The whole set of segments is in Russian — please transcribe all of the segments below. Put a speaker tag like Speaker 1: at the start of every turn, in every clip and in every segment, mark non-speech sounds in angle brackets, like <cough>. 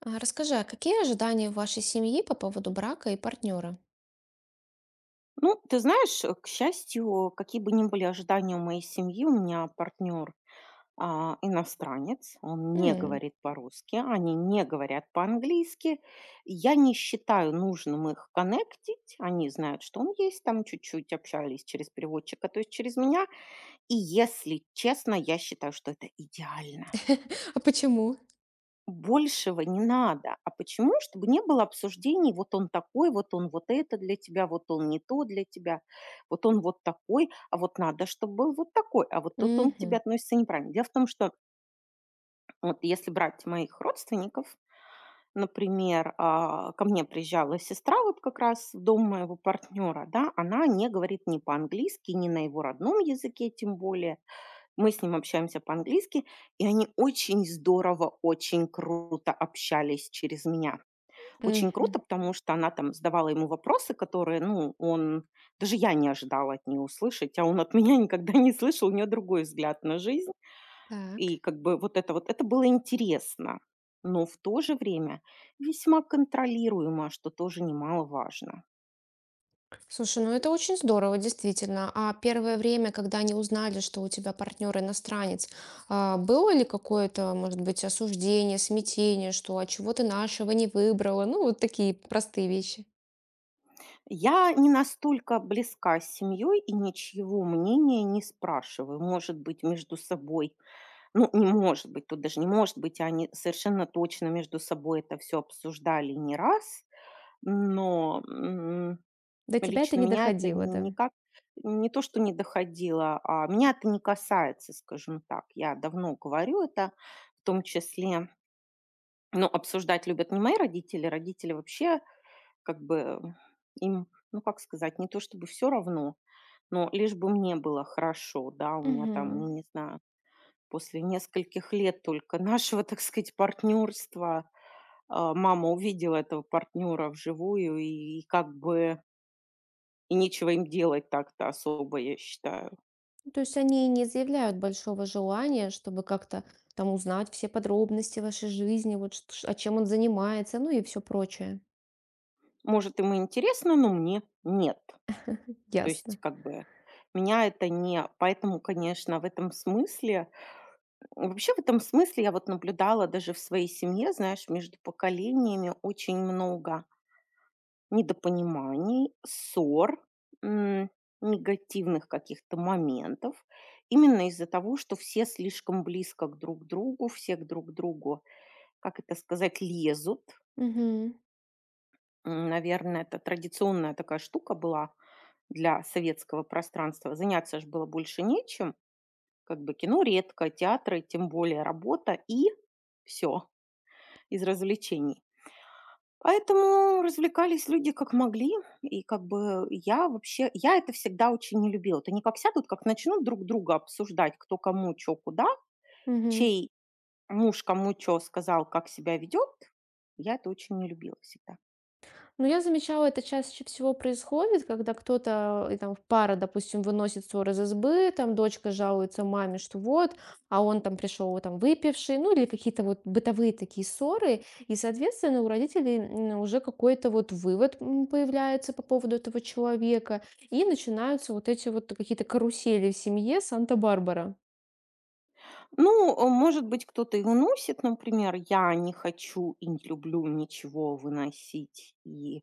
Speaker 1: Расскажи, какие ожидания в вашей семьи по поводу брака и партнера?
Speaker 2: Ну, ты знаешь, к счастью, какие бы ни были ожидания у моей семьи, у меня партнер иностранец, он не
Speaker 1: М.
Speaker 2: говорит по-русски, они не говорят по-английски. Я не считаю нужным их коннектить, они знают, что он есть, там чуть-чуть общались через переводчика, то есть через меня. И если честно, я считаю, что это идеально.
Speaker 1: <laughs> А почему?
Speaker 2: Большего не надо. А почему? Чтобы не было обсуждений: вот он такой, вот он вот это для тебя, вот он не то для тебя, вот он вот такой, а вот надо, чтобы был вот такой, а вот тут он к тебе
Speaker 1: Мгм.
Speaker 2: относится неправильно. Дело в том, что вот если брать моих родственников, например, ко мне приезжала сестра вот как раз в дом моего партнера, да, она не говорит ни по-английски, ни на его родном языке тем более. Мы с ним общаемся по-английски, и они очень здорово, очень круто общались через меня. Очень
Speaker 1: Мгм.
Speaker 2: круто, потому что она там задавала ему вопросы, которые, ну, он даже я не ожидала от нее услышать, а он от <laughs> меня никогда не слышал, у нее другой взгляд на жизнь. И
Speaker 1: Так.
Speaker 2: как бы вот, это было интересно, но в то же время весьма контролируемо, что тоже немаловажно.
Speaker 1: Слушай, ну это очень здорово, действительно. А первое время, когда они узнали, что у тебя партнер иностранец, было ли какое-то, может быть, осуждение, смятение, что чего ты нашего не выбрала? Ну, вот такие простые вещи.
Speaker 2: Я не настолько близка с семьей и ничьего мнения не спрашиваю. Может быть, между собой. Ну, не может быть, тут даже не может быть. Они совершенно точно между собой это все обсуждали не раз, но,
Speaker 1: До тебя это
Speaker 2: лично
Speaker 1: не
Speaker 2: меня это
Speaker 1: доходило, да?
Speaker 2: никак не то, что не доходило, а меня это не касается, скажем так. Я давно говорю это, в том числе, ну, обсуждать любят не мои родители. Родители вообще, как бы, им, ну, как сказать, не то чтобы все равно, но лишь бы мне было хорошо, да. У меня там, я
Speaker 1: Мгм.
Speaker 2: не знаю. После нескольких лет только нашего, <laughs> так сказать, партнерства, мама увидела этого партнера вживую, и как бы и нечего им делать так-то особо, я считаю.
Speaker 1: Ну, то есть они не заявляют большого желания, чтобы как-то там узнать все подробности вашей жизни, вот, чем он занимается, ну и все прочее.
Speaker 2: Может, им и интересно, но мне нет. То есть
Speaker 1: Ясно.
Speaker 2: как бы меня это не поэтому, конечно, в этом смысле вообще в этом смысле я вот наблюдала даже в своей семье, знаешь, между поколениями очень много недопониманий, ссор, м, негативных каких-то моментов. Именно из-за того, что все слишком близко к друг другу, все к друг другу, как это сказать, лезут.
Speaker 1: Мгм.
Speaker 2: Наверное, это традиционная такая штука была для советского пространства. Заняться же было больше нечем. Как бы кино редко, театры, тем более работа и все из развлечений. Поэтому развлекались люди как могли. И как бы я вообще, я это всегда очень не любила. Вот не как сядут, как начнут друг друга обсуждать, кто кому чё куда, чей муж кому чё сказал, как себя ведет, я это очень не любила всегда.
Speaker 1: Ну, я замечала, это чаще всего происходит, когда кто-то, там, в пара, допустим, выносит ссор из избы, там, дочка жалуется маме, что вот, а он там пришел, вот, там, выпивший, ну, или какие-то вот бытовые такие ссоры, и, соответственно, у родителей уже какой-то вот вывод появляется по поводу этого человека, и начинаются вот эти вот какие-то карусели в семье Санта-Барбара.
Speaker 2: Ну, может быть, кто-то и выносит, например, я не хочу и не люблю ничего выносить и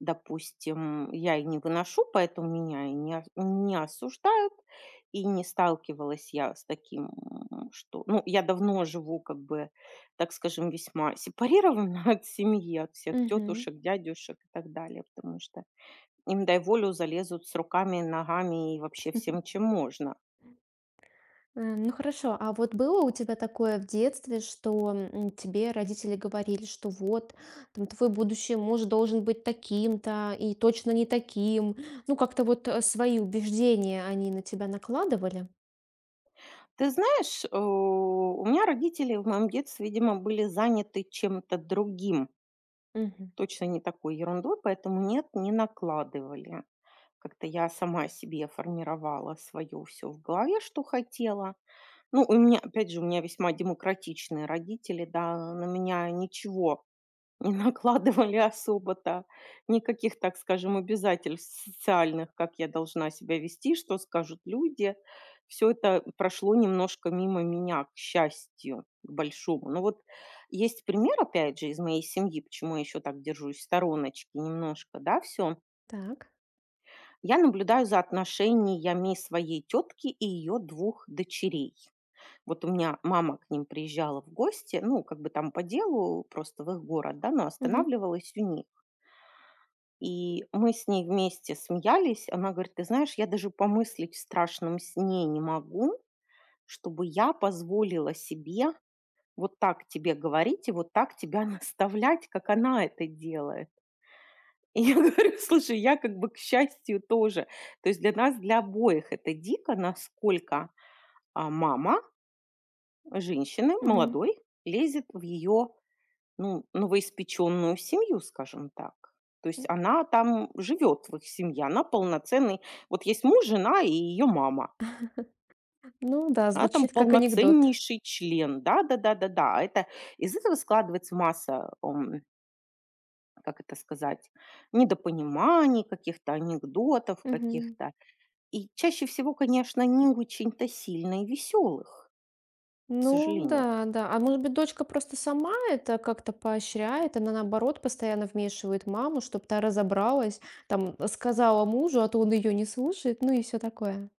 Speaker 2: допустим, я и не выношу, поэтому меня и не ос не осуждают, и не сталкивалась я с таким, что ну, я давно живу, как бы, так скажем, весьма сепарированно <laughs> от семьи, от всех
Speaker 1: Мгм.
Speaker 2: тетушек, дядюшек и так далее, потому что им, дай волю, залезут с руками, ногами и вообще всем, чем можно.
Speaker 1: Ну хорошо, а вот было у тебя такое в детстве, что тебе родители говорили, что вот там твой будущий муж должен быть таким-то и точно не таким. Ну как-то вот свои убеждения они на тебя накладывали.
Speaker 2: Ты знаешь, у меня родители в моем детстве, видимо, были заняты чем-то другим.
Speaker 1: Мгм.
Speaker 2: Точно не такой ерундой, поэтому нет, не накладывали. Как-то я сама себе формировала свое все в голове, что хотела. Ну, у меня, опять же, у меня весьма демократичные родители, да, на меня ничего не накладывали особо-то никаких, так скажем, обязательств социальных, как я должна себя вести, что скажут люди. Все это прошло немножко мимо меня, к счастью, к большому. Но вот есть пример, опять же, из моей семьи, почему я еще так держусь в стороночке немножко, да, все.
Speaker 1: Так.
Speaker 2: Я наблюдаю за отношениями своей тетки и ее двух дочерей. Вот у меня мама к ним приезжала в гости, ну, как бы там по делу, просто в их город, да, но
Speaker 1: Мгм.
Speaker 2: останавливалась у них. И мы с ней вместе смеялись. Она говорит: «Ты знаешь, я даже помыслить в страшном сне не могу, чтобы я позволила себе вот так тебе говорить и вот так тебя <laughs> наставлять, как она это делает». <laughs> И я говорю: «Слушай, я как бы, к счастью, тоже». То есть для нас, для обоих это дико, насколько, мама женщины
Speaker 1: Мгм.
Speaker 2: молодой лезет в ее ну, новоиспечённую семью, скажем так. То есть она там живёт, в их семье, она полноценный, вот есть муж, жена и её мама.
Speaker 1: Ну да,
Speaker 2: Она там
Speaker 1: звучит как анекдот.
Speaker 2: полноценнейший член. Да-да-да-да-да. Это, из этого складывается масса, как это сказать, недопониманий, каких-то анекдотов
Speaker 1: Мгм.
Speaker 2: каких-то. И чаще всего, конечно, не очень-то сильно и весёлых, к
Speaker 1: Ну
Speaker 2: сожалению.
Speaker 1: да, да. А может быть, дочка просто сама это как-то поощряет? Она, наоборот, постоянно вмешивает маму, чтобы та разобралась, там, сказала мужу, а то он ее не слушает, ну и все такое.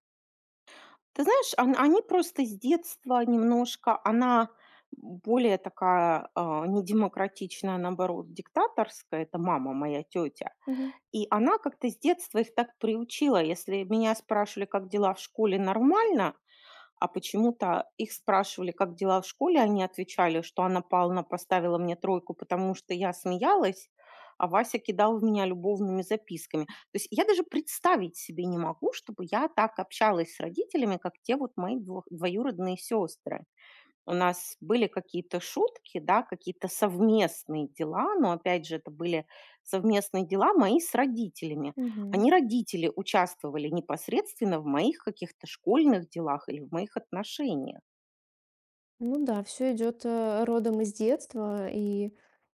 Speaker 2: Ты знаешь, он они просто с детства немножко она более такая, недемократичная, наоборот, диктаторская. Это мама моя, тетя.
Speaker 1: Мгм.
Speaker 2: И она как-то с детства их так приучила. Если меня спрашивали, как дела в школе, нормально, а почему-то их спрашивали, как дела в школе, они отвечали, что: «Анна Павловна поставила мне тройку, потому что я смеялась, а Вася кидал в меня любовными записками». То есть я даже представить себе не могу, чтобы я так общалась с родителями, как те вот мои двоюродные сестры. У нас были какие-то шутки, да, какие-то совместные дела, но опять же это были совместные дела мои с родителями.
Speaker 1: Мгм.
Speaker 2: Они, родители, участвовали непосредственно в моих каких-то школьных делах или в моих отношениях.
Speaker 1: Ну да, все идет родом из детства, и,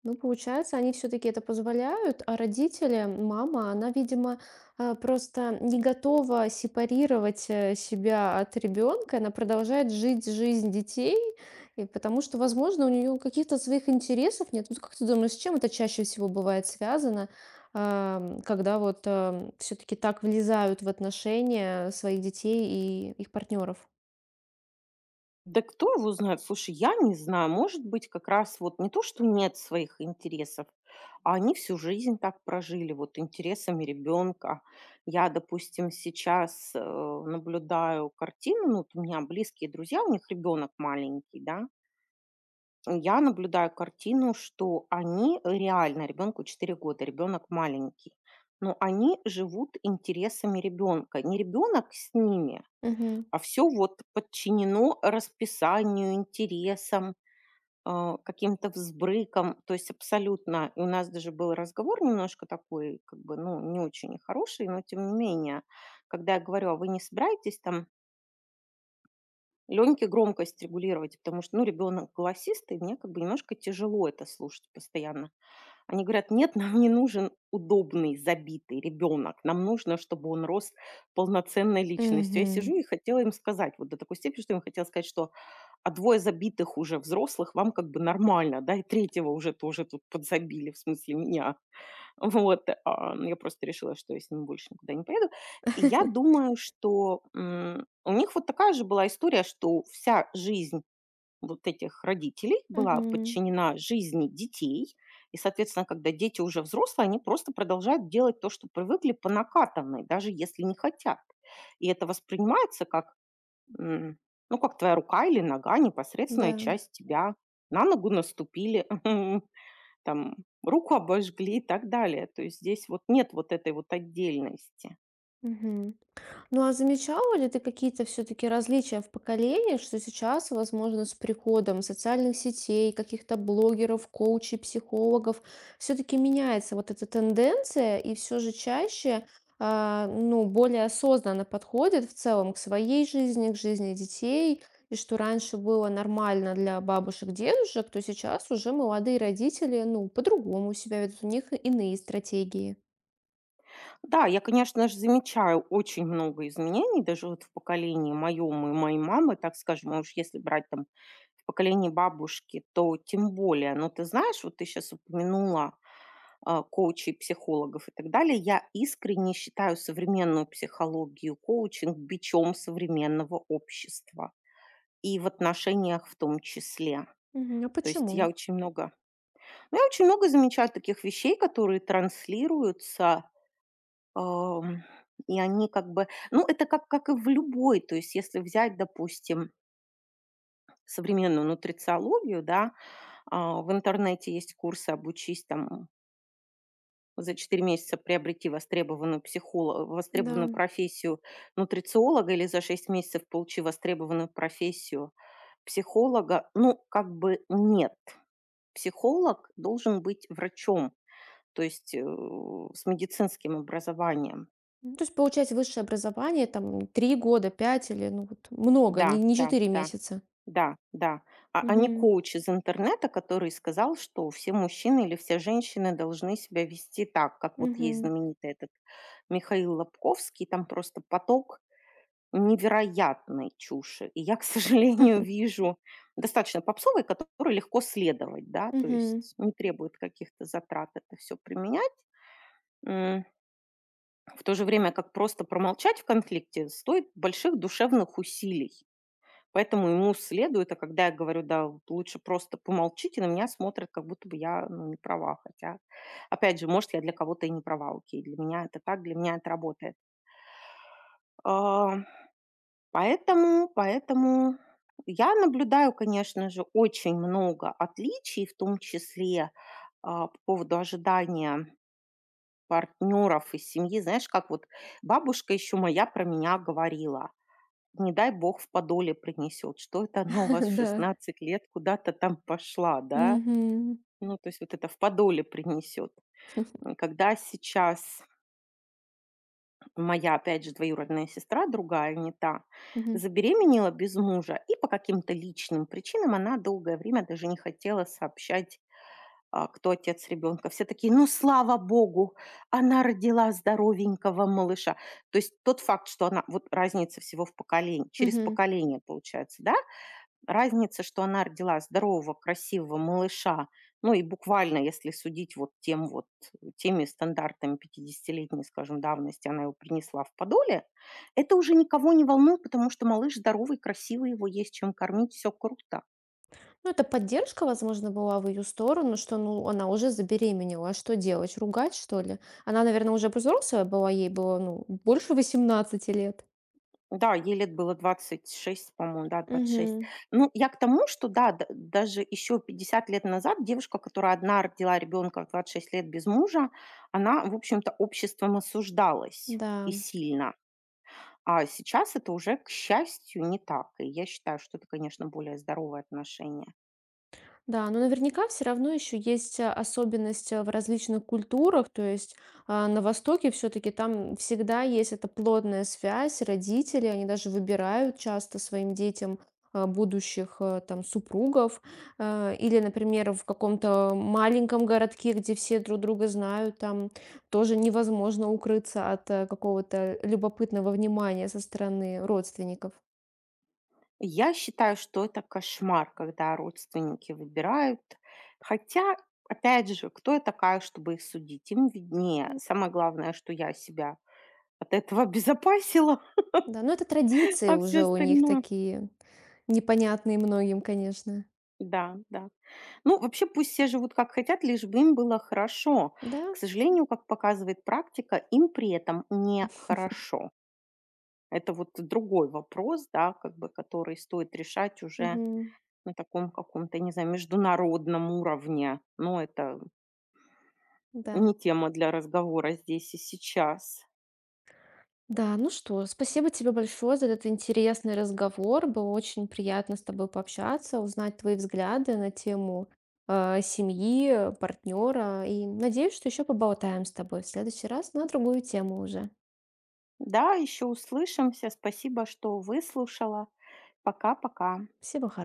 Speaker 1: ну, получается, они все таки это позволяют, а родители, мама, она, видимо, просто не готова сепарировать, себя от ребенка. Она продолжает жить жизнь детей, и потому что, возможно, у нее каких-то своих интересов нет. Вот как ты думаешь, с чем это чаще всего бывает связано, когда вот, все таки так влезают в отношения своих детей и их партнеров?
Speaker 2: Да кто его знает? Слушай, я не знаю. Может быть, как раз вот не то, что нет своих интересов, а они всю жизнь так прожили, вот интересами ребенка. Я, допустим, сейчас наблюдаю картину, ну, вот у меня близкие друзья, у них ребенок маленький, да, я наблюдаю картину, что они реально, ребенку 4 года, ребенок маленький, но они живут интересами ребенка. Не ребенок с ними,
Speaker 1: Угу.
Speaker 2: а все вот подчинено расписанию, интересам, каким-то взбрыкам. То есть абсолютно, и у нас даже был разговор немножко такой, как бы, ну, не очень хороший, но тем не менее. Когда я говорю: «А вы не собираетесь там Леньке громкость регулировать?» Потому что, ну, ребенок голосистый, мне как бы немножко тяжело это слушать постоянно. Они говорят: «Нет, нам не нужен удобный, забитый ребенок. Нам нужно, чтобы он рос полноценной личностью». Я
Speaker 1: Мгм.
Speaker 2: сижу и хотела им сказать, вот до такой степени, что им хотела сказать, что двое забитых уже взрослых вам как бы нормально, да, и третьего уже тоже тут подзабили, в смысле меня. <laughs> Вот, ну, я просто решила, что я с ним больше никуда не поеду. И я
Speaker 1: <laughs>
Speaker 2: думаю, что, у них вот такая же была история, что вся жизнь вот этих родителей была
Speaker 1: Мгм.
Speaker 2: подчинена жизни детей. И, соответственно, когда дети уже взрослые, они просто продолжают делать то, что привыкли по накатанной, даже если не хотят. И это воспринимается как М. ну, как твоя рука или нога- непосредственная
Speaker 1: Да.
Speaker 2: часть тебя. На ногу наступили, <laughs> там руку обожгли и так далее. То есть здесь вот нет вот этой вот отдельности.
Speaker 1: Мгм. Ну, а замечала ли ты какие-то все-таки различия в поколении, что сейчас, возможно, с приходом социальных сетей, каких-то блогеров, коучей, психологов, все-таки меняется вот эта тенденция, и все же чаще, ну, более осознанно подходит в целом к своей жизни, к жизни детей, и что раньше было нормально для бабушек, дедушек, то сейчас уже молодые родители, ну, по-другому себя ведут, у них иные стратегии.
Speaker 2: Да, я, конечно же, замечаю очень много изменений даже вот в поколении моем и моей мамы, так скажем. А уж если брать там в поколении бабушки, то тем более. Но ты знаешь, вот ты сейчас упомянула коучей, психологов и так далее. Я искренне считаю современную психологию, коучинг бичом современного общества и в отношениях в том числе.
Speaker 1: Мгм. А
Speaker 2: То есть я
Speaker 1: почему?
Speaker 2: очень много, ну, я очень много замечаю таких вещей, которые транслируются, ам, и они как бы, ну, это как и в любой, то есть если взять, допустим, современную нутрициологию, да, в интернете есть курсы: «Обучись там за 4 месяца, приобрети востребованную психоло
Speaker 1: Да.
Speaker 2: востребованную профессию нутрициолога или за 6 месяцев получи востребованную профессию психолога». Ну, как бы нет. Психолог должен быть врачом, то есть, с медицинским образованием.
Speaker 1: Ну, то есть получать высшее образование там 3 года, 5 или ну вот много,
Speaker 2: Да,
Speaker 1: не
Speaker 2: да,
Speaker 1: 4
Speaker 2: да,
Speaker 1: месяца.
Speaker 2: да, да. А не
Speaker 1: Мгм.
Speaker 2: коуч из интернета, который сказал, что все мужчины или все женщины должны себя вести так, как вот есть
Speaker 1: Мгм.
Speaker 2: знаменитый этот Михаил Лобковский, там просто поток невероятной чуши. И я, к сожалению, <laughs>
Speaker 1: <laughs>
Speaker 2: вижу достаточно попсовой, которой легко следовать, да, то
Speaker 1: Мгм.
Speaker 2: есть не требует каких-то затрат это все применять. М, В то же время, как просто промолчать в конфликте, стоит больших душевных усилий. Поэтому ему следует, а когда я говорю, да, вот лучше просто помолчите, на меня смотрят, как будто бы я, ну, не права. Хотя, опять же, может, я для кого-то и не права, окей, для меня это так, для меня это работает. А, поэтому я наблюдаю, конечно же, очень много отличий, в том числе, по поводу ожидания партнеров и семьи. Знаешь, как вот бабушка еще моя про меня говорила: «Не дай бог в подоле принесет. Что это она у вас
Speaker 1: <laughs>
Speaker 2: в
Speaker 1: Да.
Speaker 2: 16 лет куда-то там пошла, да?»
Speaker 1: Мгм.
Speaker 2: Ну, то есть вот это в подоле принесет. Когда сейчас моя, опять же, двоюродная сестра, другая, не та,
Speaker 1: Мгм.
Speaker 2: забеременела без мужа, и по каким-то личным причинам она долгое время даже не хотела сообщать, кто отец ребенка. Все такие, ну, слава богу, она родила здоровенького малыша. То есть тот факт, что она, вот разница всего в поколении, через
Speaker 1: Мгм.
Speaker 2: поколение получается, да, разница, что она родила здорового, красивого малыша, ну и буквально, если судить вот тем вот, теми стандартами пятидесятилетней, скажем, давности, она его принесла в подоле, это уже никого не волнует, потому что малыш здоровый, красивый, его есть чем кормить, все круто.
Speaker 1: Ну, это поддержка, возможно, была в ее сторону, что, ну, она уже забеременела. А что делать? Ругать, что ли? Она, наверное, уже взрослая была, ей было, ну, больше 18 лет.
Speaker 2: Да, ей лет было 26, по-моему, да, 26.
Speaker 1: Мгм.
Speaker 2: Ну, я к тому, что, да, даже еще 50 лет назад девушка, которая одна родила ребенка в 26 лет без мужа, она, в общем-то, обществом осуждалась
Speaker 1: Да.
Speaker 2: и сильно. А сейчас это уже, к счастью, не так. И я считаю, что это, конечно, более здоровое отношение.
Speaker 1: Да, но наверняка все равно еще есть, особенность, в различных культурах. То есть, на Востоке все таки там всегда есть эта плотная связь. Родители, они даже выбирают часто своим детям, будущих, там супругов. А, или, например, в каком-то маленьком городке, где все друг друга знают, там тоже невозможно укрыться от, какого-то любопытного внимания со стороны родственников.
Speaker 2: Я считаю, что это кошмар, когда родственники выбирают. Хотя, опять же, кто я такая, чтобы их судить? Им виднее. Самое главное, что я себя от этого обезопасила,
Speaker 1: Да, ну это
Speaker 2: <laughs>
Speaker 1: традиции
Speaker 2: а все
Speaker 1: уже у них
Speaker 2: остальное.
Speaker 1: такие, непонятные многим, конечно.
Speaker 2: Да, да. Ну, вообще пусть все живут как хотят, лишь бы им было хорошо.
Speaker 1: Да?
Speaker 2: К сожалению, как показывает практика, им при этом не хорошо. Это вот другой вопрос, да, как бы, который стоит решать уже
Speaker 1: Мгм.
Speaker 2: на таком каком-то, не знаю, международном уровне. Но это
Speaker 1: Да.
Speaker 2: не тема для разговора здесь и сейчас.
Speaker 1: Да, ну что, спасибо тебе большое за этот интересный разговор. Было очень приятно с тобой пообщаться, узнать твои взгляды на тему, семьи, партнера. И надеюсь, что еще поболтаем с тобой в следующий раз на другую тему уже.
Speaker 2: Да, еще услышимся. Спасибо, что выслушала. Пока-пока.
Speaker 1: Всего хо